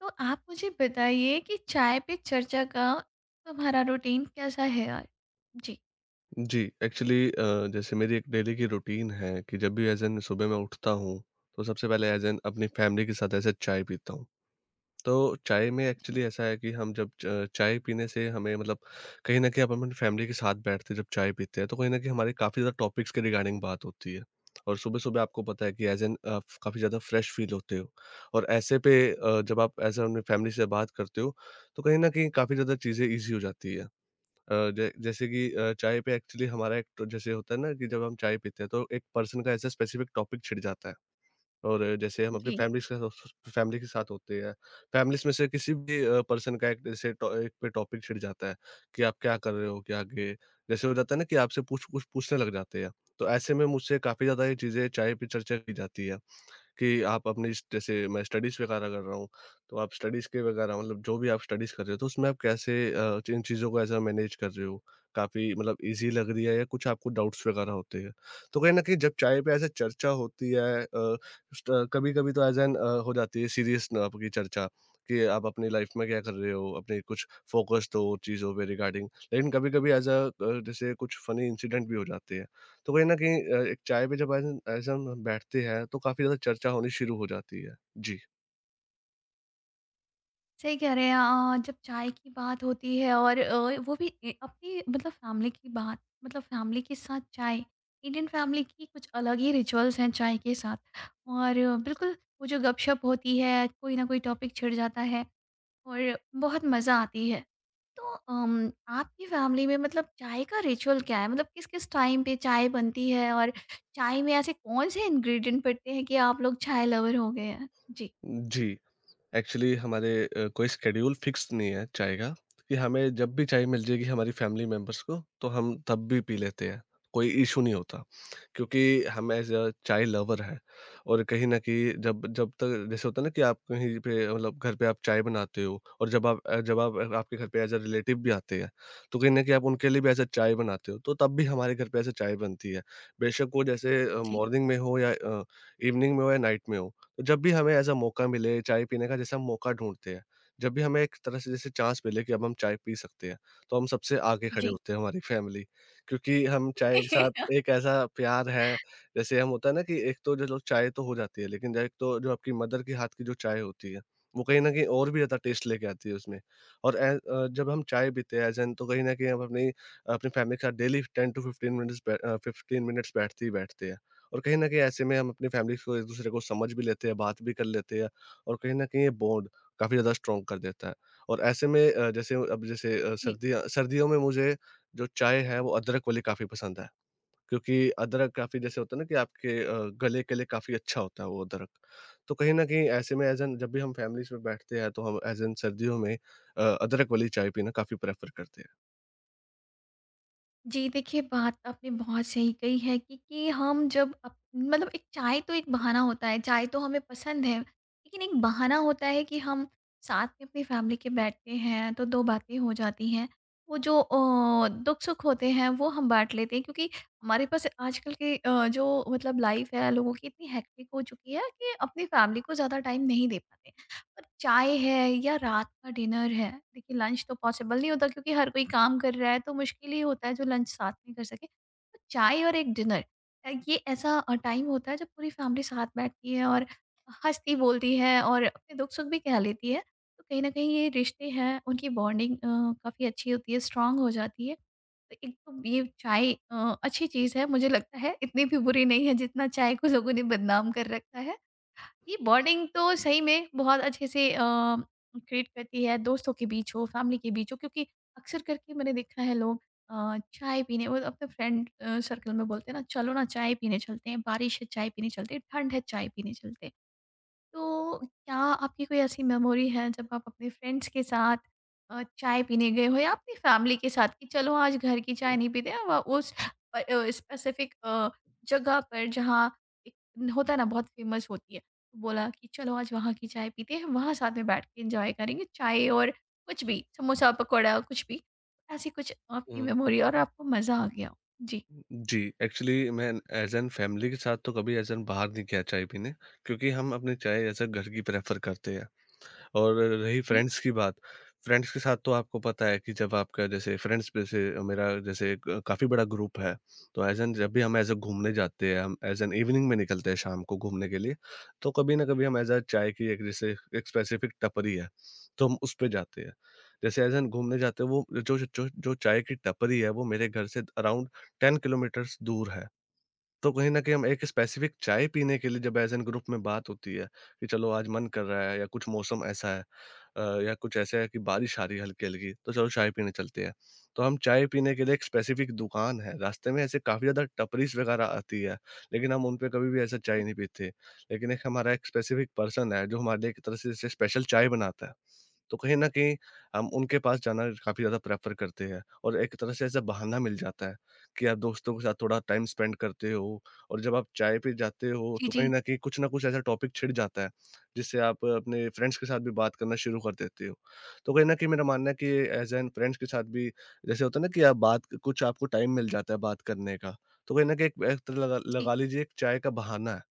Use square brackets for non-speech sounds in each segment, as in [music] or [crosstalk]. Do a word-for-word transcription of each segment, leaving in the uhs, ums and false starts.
तो आप मुझे बताइए कि चाय पे चर्चा का तुम्हारा रूटीन कैसा है यार? जी। जी, एक्चुअली अ, जैसे मेरी एक डेली की रूटीन है कि जब भी एज़ एन सुबह मैं उठता हूँ, तो सबसे पहले एज़ एन अपनी फैमिली के साथ एज़ अ चाय पीता हूँ। तो चाय में जी, एक्चुअली ऐसा है कि हम जब च चाय पीने से हमें मतलब कहीं न कहीं अपन अपनी फैमिली के साथ बैठते हैं, जब चाय पीते हैं, तो कहीं न कहीं हमारे काफ़ी ज़्यादा टॉपिक्स के रिगार्डिंग बात होती है। और सुबह-सुबह आपको पता है कि एज़ एन आप काफ़ी ज़्यादा फ्रेश फ़ील होते हो, और ऐसे पे अ, जब आप एज़ एन अपनी फैमिली से बात करते हो, तो कहीं न कहीं काफ़ी ज़्यादा चीज़ें ईज़ी हो जाती है। अ, जै जैसे कि अ, चाय पे एक्चुअली हमारा एक तो जैसे होता है ना कि जब हम चाय पीते हैं तो एक पर्सन का ऐसा स्पेसिफिक टॉपिक छिड़ जाता है। और जैसे हम अपनी जी। फैमिली के साथ फैमिली के साथ होते हैं। फैमिलीज़ में से किसी भी अ, पर्सन का एक जैसे टॉ एक पे टॉपिक छिड़ जाता है कि आप क्या कर रहे हो, क्या आगे जैसे हो जाता है ना कि आपसे पूछ पूछ पूछने लग जाते हैं। तो ऐसे में मुझसे काफ़ी ज़्यादा ये चीज़ें चाय पे चर्चा की जाती है कि आप अपनी स जैसे मैं स्टडीज़ वगैरह कर रहा हूँ, तो आप स्टडीज़ के वगैरह मतलब जो भी आप स्टडीज़ कर रहे हो, तो उसमें आप कैसे अ, इन चीज़ों को ऐसा मैनेज कर रहे हो? काफ़ी मतलब ईज़ी लग रही है या कुछ आपको डाउट्स वगैरह होते हैं? तो कहीं न कहीं जब चाय पे ऐसे चर्चा होती है, अ, स्ट कभी-कभी तो एज़ एन अ, हो जाती है सीरियस न आपकी चर्चा कि आप अपनी लाइफ़ में क्या कर रहे हो? अपने कुछ फ़ोकस दो चीज़ों पे रिगार्डिंग। लेकिन कभी-कभी एज़ अ अ, जैसे कुछ फ़नी इंसिडेंट भी हो जाते हैं। तो कहीं न कहीं अ, एक चाय पे जब ऐसे ऐसे हम बैठते हैं तो काफ़ी ज़्यादा चर्चा होनी शुरू हो जाती है। जी। सही कह रहे हैं अ, जब चाय की बात होती है और अ, वो भी ए अपनी मतलब फैमिली की बात मतलब फैमिली के साथ चाय, इंडियन फैमिली की कुछ अलग ही रिचुअल्स हैं चाय के साथ। और अ, बिल्कुल वो जो गपशप होती है, कोई ना कोई टॉपिक छिड़ जाता है और बहुत मज़ा आती है। तो अम, आपकी फैमिली में मतलब चाय का रिचुअल क्या है, मतलब किस किस टाइम पे चाय बनती है और चाय में ऐसे कौन से इंग्रेडिएंट पड़ते हैं कि आप लोग चाय लवर हो गए हैं? जी, जी। एक्चुअली हमारे अ, कोई शेड्यूल फिक्स नहीं है चाय का कि हमें जब भी चाय मिल जाएगी हमारी फैमिली मेंबर्स को तो हम तब भी पी लेते हैं, कोई इशू नहीं होता, क्योंकि हम एज अ चाय लवर है। और कहीं ना कहीं जब जब तक जैसे होता है ना कि आप कहीं पे मतलब घर पे आप चाय बनाते हो, और जब आप अ, जब आप आपके घर पे एज अ रिलेटिव भी आते हैं, तो कहीं ना कहीं आप उनके लिए भी एज अ चाय बनाते हो, तो तब भी हमारे घर पे ऐसे चाय बनती है, बेशक वो जैसे जी, मॉर्निंग में हो या इवनिंग में हो या नाइट में हो। जब भी हमें ऐसा मौका मिले चाय पीने का जैसे हम मौका ढूँढते हैं, जब भी हमें एक तरह से जैसे चांस मिले कि अब हम चाय पी सकते हैं, तो हम सबसे आगे खड़े जी। होते हैं हमारी फैमिली। क्योंकि हम चाय के साथ [laughs] एक ऐसा प्यार है जैसे हम होता है ना कि एक तो जो लोग चाय तो हो जाती है, लेकिन एक तो जो आपकी मदर के हाथ की जो चाय होती है, वो कहीं न कहीं और भी ज़्यादा जी, टेस्ट लेके आती है उसमें। और ए अ, जब हम चाय पीते हैं एज़ एन तो कहीं न कहीं हम अपनी अपनी फैमिली के साथ daily ten to fifteen minutes बै अ, फ़िफ़्टीन मिनट्स बैठते ही बैठते हैं। और कहीं न कहीं ऐसे में हम अपनी फैमिली को एक-दूसरे को समझ भी लेते हैं, बात भी कर लेते हैं, और कहीं न कहीं ये बॉन्ड काफ़ी ज़्यादा स्ट्रॉन्ग कर देता है। और ऐसे में अ, जैसे अब जैसे अ, जी, सर्दियाँ सर्दियों में मुझे जो चाय है वो अदरक वाली काफ़ी पसंद है, क्योंकि अदरक काफ़ी जैसे होता है ना कि आपके अ, गले के लिए काफ़ी अच्छा होता है वो अदरक। तो कहीं न कहीं ऐसे में एज़ एन जब भी हम फैमिलीज़ में बैठते हैं तो हम एज़ एन सर्दियों में अ, अदरक वाली चाय पीना काफ़ी प्रेफ़र करते जी। देखिए बात आपने बहुत सही कही है कि, कि हम जब अप, मतलब एक चाय तो एक बहाना होता है, चाय तो हमें पसंद है लेकिन एक बहाना होता है कि हम साथ में अपनी फैमिली के बैठते हैं, तो दो बातें हो जाती हैं। वो जो अ, दुख सुख होते हैं वो हम बांट लेते हैं, क्योंकि हमारे पास आजकल के अ, जो मतलब लाइफ है लोगों की इतनी हेक्टिक हो चुकी है कि अपनी फैमिली को ज़्यादा टाइम नहीं दे पाते। पर चाय है या रात का डिनर है, देखिए लंच तो पॉसिबल नहीं होता क्योंकि हर कोई काम कर रहा है, तो मुश्किल ही होता है जो लंच साथ में कर सके। तो चाय और एक डिनर अ, ये ऐसा टाइम होता है जब पूरी फैमिली साथ बैठती है और हंसती बोलती है और अपने दुख सुख भी कह लेती है। तो कहीं ना कहीं ये रिश्ते हैं उनकी बॉन्डिंग काफ़ी अच्छी होती है, स्ट्रांग हो जाती है। तो एक तो ये चाय अ, अच्छी चीज़ है, मुझे लगता है इतनी भी बुरी नहीं है जितना चाय को लोगों ने बदनाम कर रखा है। ये बॉन्डिंग तो सही में बहुत अच्छे से अ, क्रिएट करती है, दोस्तों के बीच हो, फैमिली के बीच हो, क्योंकि अक्सर करके मैंने देखा है लोग अ, चाय पीने, वो अपने फ्रेंड अ, सर्कल में बोलते हैं ना, चलो ना चाय पीने चलते हैं, बारिश है चाय पीने चलते हैं, ठंड है चाय पीने चलते हैं। तो क्या आपकी कोई ऐसी मेमोरी है जब आप अपने फ्रेंड्स के साथ अ, चाय पीने गए हो या अपनी फैमिली के साथ कि चलो आज घर की चाय नहीं पीते, अब उस स्पेसिफिक जगह पर जहाँ एक होता है ना बहुत फेमस होती है, तो बोला कि चलो आज वहाँ की चाय पीते हैं, वहाँ साथ में बैठ के एंजॉय करेंगे चाय और कुछ भी समोसा पकौड़ा कुछ भी, ऐसी कुछ आपकी हैं। मेमोरी और आपको मज़ा आ गया हो। जी, जी, एक्चुअली मैं एज़ एन फैमिली के साथ तो कभी एज़ एन बाहर नहीं गया चाय पीने, क्योंकि हम अपनी चाय एज़ अ घर की प्रेफ़र करते हैं। और रही जी, फ्रेंड्स की बात, फ्रेंड्स के साथ तो आपको पता है कि जब आपका जैसे फ्रेंड्स में से मेरा जैसे क काफ़ी बड़ा ग्रुप है, तो एज़ एन जब भी हम एज़ अ घूमने जाते हैं, हम एज़ एन इवनिंग में निकलते हैं शाम को घूमने के लिए, तो कभी न कभी हम एज़ अ चाय की एक जैसे एक स्पेसिफ़िक टपरी है, तो हम उस पे जाते हैं। जैसे एज़ एन घूमने जाते हैं वो जो जो जो चाय की टपरी है वो मेरे घर से अराउंड टेन किलोमीटर्स दूर है। तो कहीं न कहीं हम एक स्पेसिफ़िक चाय पीने के लिए जब एज़ एन ग्रुप में बात होती है, कि चलो आज मन कर रहा है या कुछ मौसम ऐसा है, अ, या कुछ ऐसा है कि बारिश आ रही है हल्की-हल्की, तो चलो चाय पीने चलते हैं। तो हम चाय पीने के लिए एक स्पेसिफिक दुकान है, रास्ते में ऐसे काफ़ी ज़्यादा टपरीज़ वगैरह आती है, लेकिन हम उन पे कभी भी ऐसा चाय नहीं पीते। लेकिन एक हमारा एक स्पेसिफिक पर्सन है, जो हमारे लिए एक तरह से जैसे स्पेशल चाय बनाता है। तो कहीं न कहीं हम उनके पास जाना काफ़ी ज़्यादा प्रेफ़र करते हैं, और एक तरह से ऐसा बहाना मिल जाता है कि आप दोस्तों के साथ थोड़ा टाइम स्पेंड करते हो, और जब आप चाय पे जाते हो, जी, तो कहीं जी, न कहीं कुछ न कुछ ऐसा टॉपिक छिड़ जाता है जिससे आप अपने फ्रेंड्स के साथ भी बात करना शुरू कर देते हो। तो कहीं न कहीं मेरा मानना है कि एज़ एन फ्रेंड्स के साथ भी जैसे होता है ना कि आप बात कुछ आपको टाइम मिल जाता है बात करने का। तो कहीं न कहीं एक एक तरह लगा जी, लगा लीजिए एक चाय का बहाना है।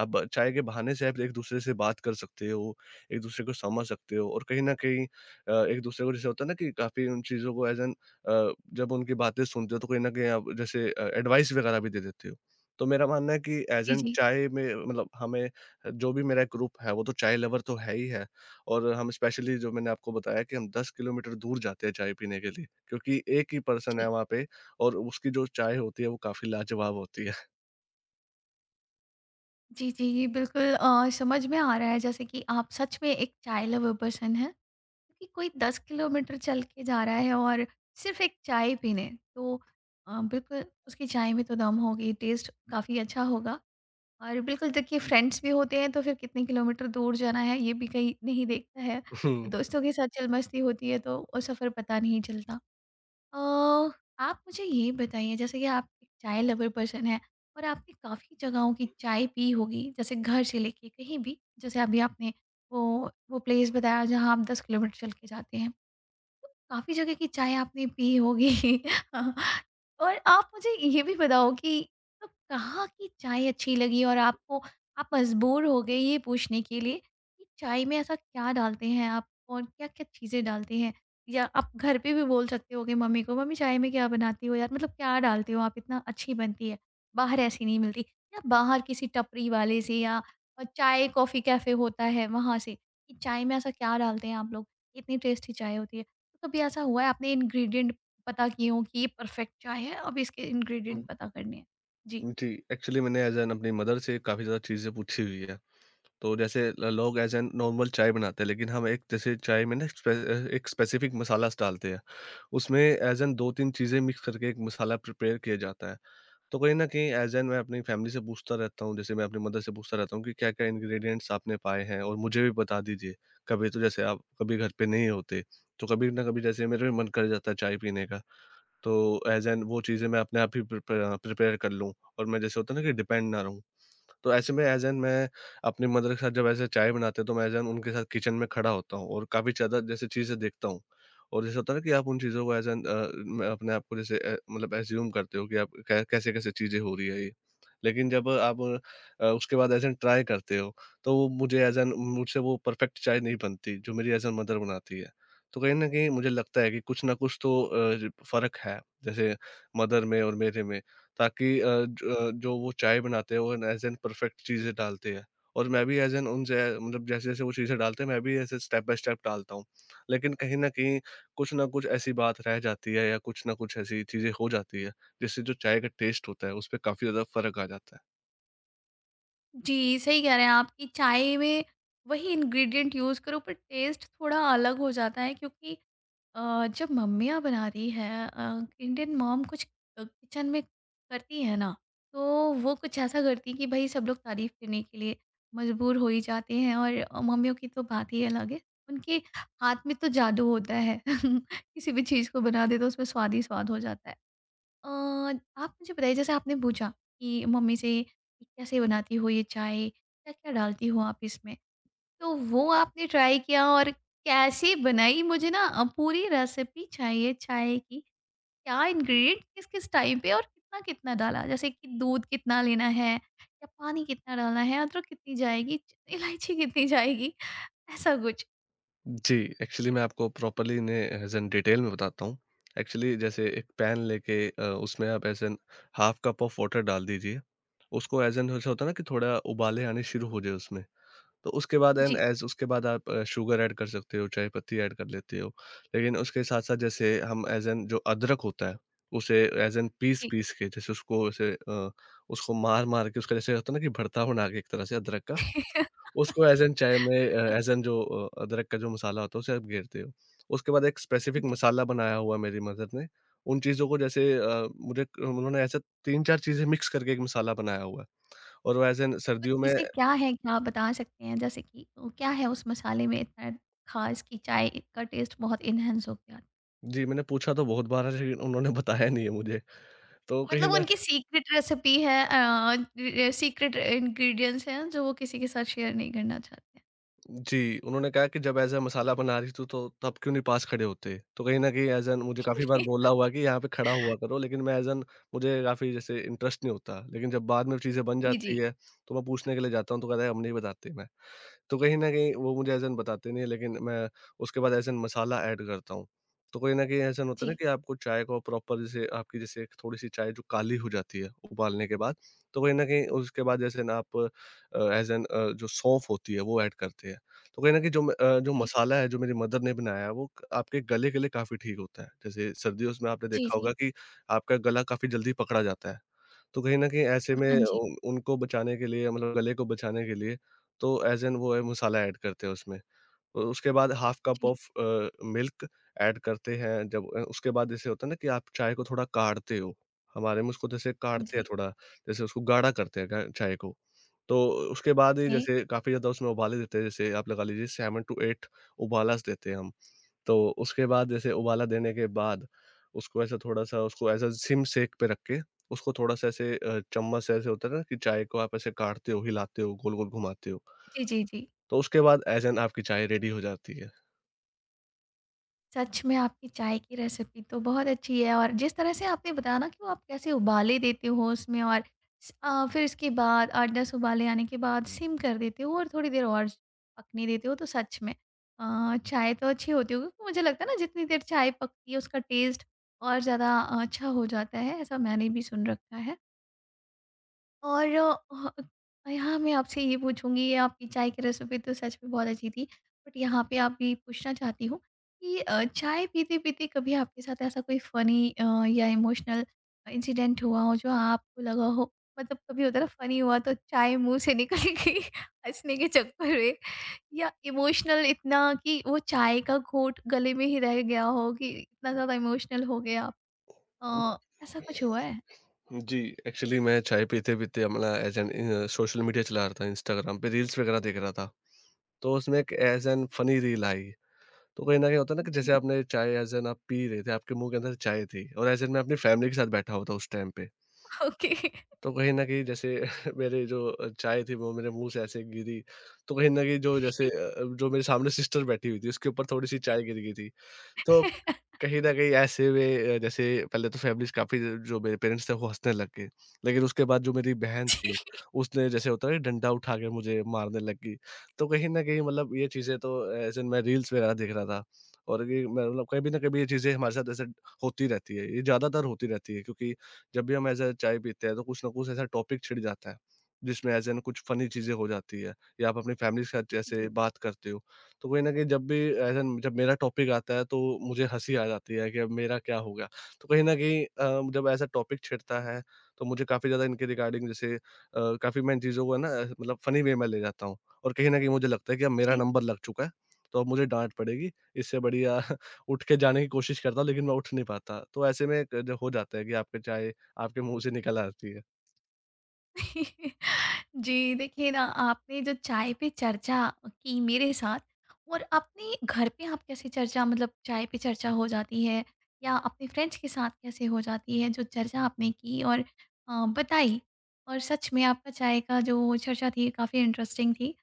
आप चाय के बहाने से आप एक-दूसरे से बात कर सकते हो, एक-दूसरे को समझ सकते हो, और कहीं न कहीं अ, एक-दूसरे को जैसे होता है ना कि काफ़ी उन चीज़ों को एज़ एन अ, जब उनकी बातें सुनते हो तो कहीं न कहीं आप जैसे अ, एडवाइस वगैरह भी दे देते हो। तो मेरा मानना है कि एज़ जी, एन जी, चाय में मतलब हमें जो भी मेरा एक ग्रुप है वो तो चाय लवर तो है ही है, और हम स्पेशली जो मैंने आपको बताया कि हम दस किलोमीटर दूर जाते हैं चाय पीने के लिए क्योंकि एक ही पर्सन जी। है वहाँ पे, और उसकी जो चाय होती है वो काफ़ी लाजवाब होती है। जी, जी, बिल्कुल। अ, समझ में आ रहा है जैसे कि आप सच में एक चाय लवर पर्सन हैं, क्योंकि कोई दस किलोमीटर चल के जा रहा है और सिर्फ़ एक चाय पीने। तो अ, बिल्कुल उसकी चाय में तो दम होगी, टेस्ट काफ़ी अच्छा होगा। और बिल्कुल देखिए फ्रेंड्स भी होते हैं तो फिर कितने किलोमीटर दूर जाना है ये भी कहीं नहीं देखता है। [laughs] दोस्तों के साथ चल मस्ती होती है तो वो सफ़र पता नहीं चलता। अ, आप मुझे ये बताइए जैसे कि आप एक चाय लवर पर्सन हैं और आपने काफ़ी जगहों की चाय पी होगी, जैसे घर से लेके कहीं भी, जैसे अभी आपने वो वो प्लेस बताया जहाँ आप दस किलोमीटर चल के जाते हैं, काफ़ी जगह की चाय आपने पी होगी। [laughs] और आप मुझे ये भी बताओ कि तो कहाँ की चाय अच्छी लगी और आपको आप मजबूर हो गए ये पूछने के लिए कि चाय में ऐसा क्या डालते हैं आप और क्या-क्या चीज़ें डालते हैं? या आप घर पे भी बोल सकते होगे मम्मी को, "मम्मी चाय में क्या बनाती हो यार? मतलब क्या डालते हो आप? इतना अच्छी बनती है, बाहर ऐसी नहीं मिलती।" या बाहर किसी टपरी वाले से या अ, चाय कॉफ़ी कैफ़े होता है वहाँ से कि चाय में ऐसा क्या डालते हैं आप लोग? इतनी टेस्टी चाय होती है। तो कभी ऐसा हुआ है आपने इंग्रेडिएंट पता किए हों कि ये परफेक्ट चाय है, अब इसके इंग्रेडिएंट हुँ। पता करने हैं? जी। जी, एक्चुअली मैंने एज़ एन अपनी मदर से काफ़ी ज़्यादा चीज़ें पूछी हुई है। तो जैसे ल लोग एज़ एन नॉर्मल चाय बनाते हैं, लेकिन हम एक जैसे चाय में ना स्पे अ, एक स्पेसिफ़िक मसालास डालते हैं। उसमें एज़ एन दो-तीन चीज़ें मिक्स करके एक मसाला प्रिपेयर किया जाता है। तो कहीं न कहीं एज़ एन मैं अपनी फैमिली से पूछता रहता हूँ, जैसे मैं अपनी मदर से पूछता रहता हूँ कि क्या-क्या इंग्रीडिएंट्स आपने पाए हैं और मुझे भी बता दीजिए। कभी तो जैसे आप कभी घर पे नहीं होते, तो कभी ना कभी जैसे मेरा भी मन कर जाता है चाय पीने का। तो एज़ एन वो चीज़ें मैं अपने आप ही प्रिपे अ, प्रिपेयर कर लूँ, और मैं जैसे होता है ना कि डिपेंड ना रहूँ। तो ऐसे में एज़ एन मैं अपनी मदर के साथ जब ऐसे चाय बनाते हैं तो मैं एज़ एन उनके साथ किचन में खड़ा होता हूँ और काफ़ी ज़्यादा जैसे चीज़ें देखता हूँ। और जैसे होता है ना कि आप उन चीज़ों को एज़ एन अ, म अपने आप को जैसे अ, मतलब एज़्यूम करते हो कि आप कै कैसे-कैसे चीज़ें हो रही है ये। लेकिन जब आप अ, उसके बाद एज़ एन ट्राई करते हो तो वो मुझे एज़ एन मुझसे वो परफेक्ट चाय नहीं बनती जो मेरी एज़ एन मदर बनाती है। तो कहीं न कहीं मुझे लगता है कि कुछ ना कुछ तो अ, ज फ़र्क है, जैसे मदर में और मेरे में। ताकि अ, ज अ, जो वो चाय बनाते हैं वो एज़ एन परफेक्ट चीज़ें डालते हैं, और मैं भी एज़ एन उनसे मतलब जैसे-जैसे वो चीज़ें डालते हैं मैं भी ऐसे स्टेप बाय स्टेप डालता हूँ। लेकिन कहीं न कहीं कुछ न कुछ ऐसी बात रह जाती है या कुछ न कुछ ऐसी चीज़ें हो जाती है, जिससे जो चाय का टेस्ट होता है उसपे काफ़ी ज़्यादा फ़र्क आ जाता है। जी, सही कह रहे हैं आप कि चाय में वही इंग्रेडिएंट यूज़ करो पर टेस्ट थोड़ा अलग हो जाता है, क्योंकि अ, जब मम्मियाँ बनाती हैं, अ, इंडियन मॉम कुछ अ, किचन में करती है ना, तो वो कुछ ऐसा करती हैं कि भाई सब लोग तारीफ करने के लिए मजबूर हो ही जाते हैं। और अ, मम्मियों की तो बात ही अलग है, उनके हाथ में तो जादू होता है। [laughs] किसी भी चीज़ को बना दे तो उसमें स्वाद ही स्वाद हो जाता है। अ, आप मुझे बताइए जैसे आपने पूछा कि मम्मी से कि कैसे बनाती हो ये चाय, क्या क्या डालती हो आप इसमें, तो वो आपने ट्राई किया और कैसे बनाई? मुझे ना अ, पूरी रेसिपी चाहिए चाय की। क्या इंग्रीडिएंट किस-किस टाइम पे और कितना-कितना डाला? जैसे कि दूध कितना लेना है या पानी कितना डालना है, अदरक कितनी जाएगी, च इलायची कितनी जाएगी, ऐसा कुछ? जी, एक्चुअली मैं आपको प्रॉपर्ली इन्हें एज़ एन डिटेल में बताता हूँ। एक्चुअली जैसे एक पैन लेके अ, उसमें आप as an half cup of water डाल दीजिए। उसको एज़ एन ऐसा होता है ना कि थोड़ा उबाले आने शुरू हो जाए उसमें। तो उसके बाद एंड जी, एज़ उसके बाद आप अ, शुगर ऐड कर सकते हो, चाय पत्ती ऐड कर लेते हो। लेकिन उसके साथ-साथ जैसे हम एज़ एन जो अदरक होता है, उसे एज़ एन जी। पीस-पीस के जैसे उसको ऐसे अ, उसको मार-मार के उसका जैसे होता है ना कि भरता बना के एक तरह से अदरक का, [laughs] उसको एज़ एन चाय में अ, एज़ एन जो अ, अदरक का जो मसाला होता है उसे आप घेरते हो। उसके बाद एक स्पेसिफ़िक मसाला बनाया हुआ है मेरी मदर ने, उन चीज़ों को जैसे अ, मुझे क उन्होंने ऐसा तीन चार चीज़ें मिक्स करके एक मसाला बनाया हुआ है और वो एज़ एन वो सर्दियों में। चीज़ें क्या हैं, क्या आप बता सकते हैं? जैसे कि अ, क्या है उस मसाले में इतना खास कि चाय का टेस्ट बहुत एनहांस हो गया? जी, मैंने पूछा तो बहुत बार है, लेकिन उन्होंने बताया नहीं है मुझे। तो कहीं मतलब न। उनकी सीक्रेट रेसिपी है, अ, सीक्रेट इंग्रेडिएंट्स हैं जो वो किसी के साथ शेयर नहीं करना चाहते हैं। जी, उन्होंने कहा कि जब ऐज़ अ मसाला बना रही थी तो तब क्यों नहीं पास खड़े होते? तो कहीं न कहीं ऐज़ एन मुझे काफ़ी बार [laughs] बोला हुआ है कि यहाँ पे खड़ा हुआ करो, लेकिन मैं ऐज़ एन मुझे काफ़ी जैसे इंटरेस्ट नहीं होता। लेकिन जब बाद में चीज़ें बन जी, जाती जी। है, तो मैं पूछने के लिए जाता हूँ तो कहता है हम नहीं बताते मैं। तो कहीं न कहीं वो मुझे ऐसा बताते नहीं है, लेकिन मैं उसके बाद ऐसा मसाला ऐड करता हूँ। तो कहीं न कहीं ऐसा होता है ना जी, कि आपको चाय को प्रॉपर जैसे आपकी जैसे एक थोड़ी-सी चाय जो काली हो जाती है उबालने के बाद, तो कहीं न कहीं उसके बाद जैसे ना आप अ, ऐज़ एन अ, जो सौंफ होती है वो ऐड करते हैं। तो कहीं न कहीं जो म अ, जो जी, मसाला है जो मेरी मदर ने बनाया है वो क- आपके गले के लिए काफ़ी ठीक होता है। जैसे सर्दियों में आपने जी, देखा जी। होगा कि आपका गला काफ़ी जल्दी पकड़ा जाता है। तो कहीं न कहीं ऐसे में हाँ जी। उन उनको बचाने के लिए मतलब गले को बचाने के लिए तो एज़ एन वो है मसाला ऐड करते हैं उसमें। और उसके बाद हाफ कप जी, ऑफ अ, मिल्क ऐड करते हैं, जब अ, उसके बाद जैसे होता है ना कि आप चाय को थोड़ा काढ़ते हो। हमारे में उसको जैसे हाँ काढ़ते जी। हैं थोड़ा, जैसे उसको गाढ़ा करते हैं ग चाय को। तो उसके बाद ही ओके। जैसे काफ़ी ज़्यादा उसमें उबाले देते हैं, जैसे आप लगा लीजिए सेवन टू एट उबालास देते हैं हम। तो उसके बाद जैसे उबाला देने के बाद उसको ऐसा थोड़ा-सा उसको एज़ अ सिम सेक पे रख के उसको थोड़ा-सा ऐसे अ, चम्मच से ऐसे होता है ना कि चाय को आप ऐसे काढ़ते हो, हिलाते हो, गोल-गोल घुमाते हो, जी, जी, जी। तो उसके बाद एज़ एन आपकी चाय रेडी हो जाती है। सच में आपकी चाय की रेसिपी तो बहुत अच्छी है, और जिस तरह से आपने बताया ना कि वो आप कैसे उबाले देते हो उसमें और स- आ, फिर इसके बाद आठ दस उबाले आने के बाद सिम कर देते हो और थोड़ी देर और पकने देते हो, तो सच में आ, चाय तो अच्छी होती होगी, क्योंकि मुझे लगता है ना जितनी देर चाय पकती है उसका टेस्ट और ज़्यादा अच्छा हो जाता है, ऐसा मैंने भी सुन रखा है। और अ, अ, यहाँ मैं आपसे ये पूछूँगी, आपकी चाय की रेसिपी तो सच में बहुत अच्छी थी। बट यहाँ पे आप ये पूछना चाहती हूँ कि अ, चाय पीते-पीते कभी आपके साथ ऐसा कोई फ़नी अ, या इमोशनल इंसिडेंट हुआ हो जो आपको लगा हो, मतलब कभी होता है ना, फ़नी हुआ तो चाय मुँह से निकल [laughs] गई हँसने के चक्कर में, या इमोशनल इतना कि वो चाय का घोंट गले में ही रह गया हो कि इतना ज़्यादा इमोशनल हो गए आप? अ, ऐसा कुछ हुआ है? जी, एक्चुअली मैं चाय पीते-पीते अपना as an uh, social media चला रहा था, इंस्टाग्राम पे रील्स वगैरह देख रहा था, तो उसमें एक एज़ एन फ़नी रील आई। तो कहीं न कहीं होता है ना कि जैसे जी। आपने चाय एज़ एन आप पी रहे थे, आपके मुँह के अंदर चाय थी और एज़ एन मैं अपनी फैमिली के साथ बैठा हुआ था उस टाइम पे। [laughs] ओके। तो कहीं न कहीं जैसे [laughs] मेरे जो अ, चाय थी वो मेरे मुँह से ऐसे गिरी, तो कहीं न कहीं जो जैसे अ अ, जो मेरे सामने सिस्टर बैठी हुई थी उसके ऊपर थोड़ी-सी चाय गिर गई थी। तो कहीं न कहीं ऐसे में अ, जैसे पहले तो फैमिलीज़ काफ़ी जो मेरे पेरेंट्स थे वो हँसने लग गए। लेकिन उसके बाद जो मेरी बहन थी, उसने जैसे होता है ना डंडा उठा के मुझे मारने लग गई। तो कहीं न कहीं मतलब ये चीज़ें तो एज़ इन मैं रील्स वगैरह देख रहा था, और ये मैं मतलब कभी न कभी ये चीज़ें हमारे साथ ऐसे होती रहती है। ये ज़्यादातर होती रहती है क्योंकि जब भी हम ऐज़ अ चाय पीते हैं तो कुछ न कुछ ऐसा टॉपिक छिड़ जाता है, जिसमें एज़ इन कुछ फ़नी चीज़ें हो जाती है या आप अपनी फैमिली के साथ जी। जैसे बात करते हो। तो कहीं न कहीं जब भी ऐसा जब मेरा टॉपिक आता है तो मुझे हँसी आ जाती है कि अब मेरा क्या हो गया? तो कहीं न कहीं अ, जब ऐसा टॉपिक छिड़ता है तो मुझे काफ़ी ज़्यादा इनके रिगार्डिंग जैसे अ, काफ़ी मैं इन चीज़ों को है ना ऐसे मतलब फ़नी वे में ले जाता हूँ, और कहीं न कहीं मुझे लगता है कि अब मेरा जी। नंबर लग चुका है, तो अब मुझे डाँट पड़ेगी। इससे बढ़िया [laughs] उठ के जाने की कोशिश करता हूँ, लेकिन मैं उठ नहीं पाता। तो ऐसे में क जो हो जाता है कि आपके चाय आपके मुँह से निकल आती है। [laughs] जी, देखिए ना आपने जो चाय पे चर्चा की मेरे साथ और अपने घर पे आप कैसे चर्चा मतलब चाय पे चर्चा हो जाती है या अपने फ्रेंड्स के साथ कैसे हो जाती है, जो चर्चा आपने की और अ, बताई, और सच में आपका चाय का जो चर्चा थी काफ़ी इंटरेस्टिंग थी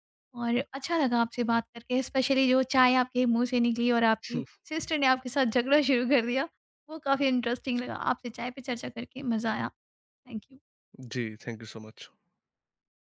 और अच्छा लगा आपसे बात करके, स्पेशली जो चाय आपके मुंह से निकली और आपकी सिस्टर ने आपके साथ झगड़ा शुरू कर दिया, वो काफ़ी इंटरेस्टिंग लगा, आपसे चाय पे चर्चा करके मज़ा आया। Thank you. [laughs] जी, थैंक यू सो मच।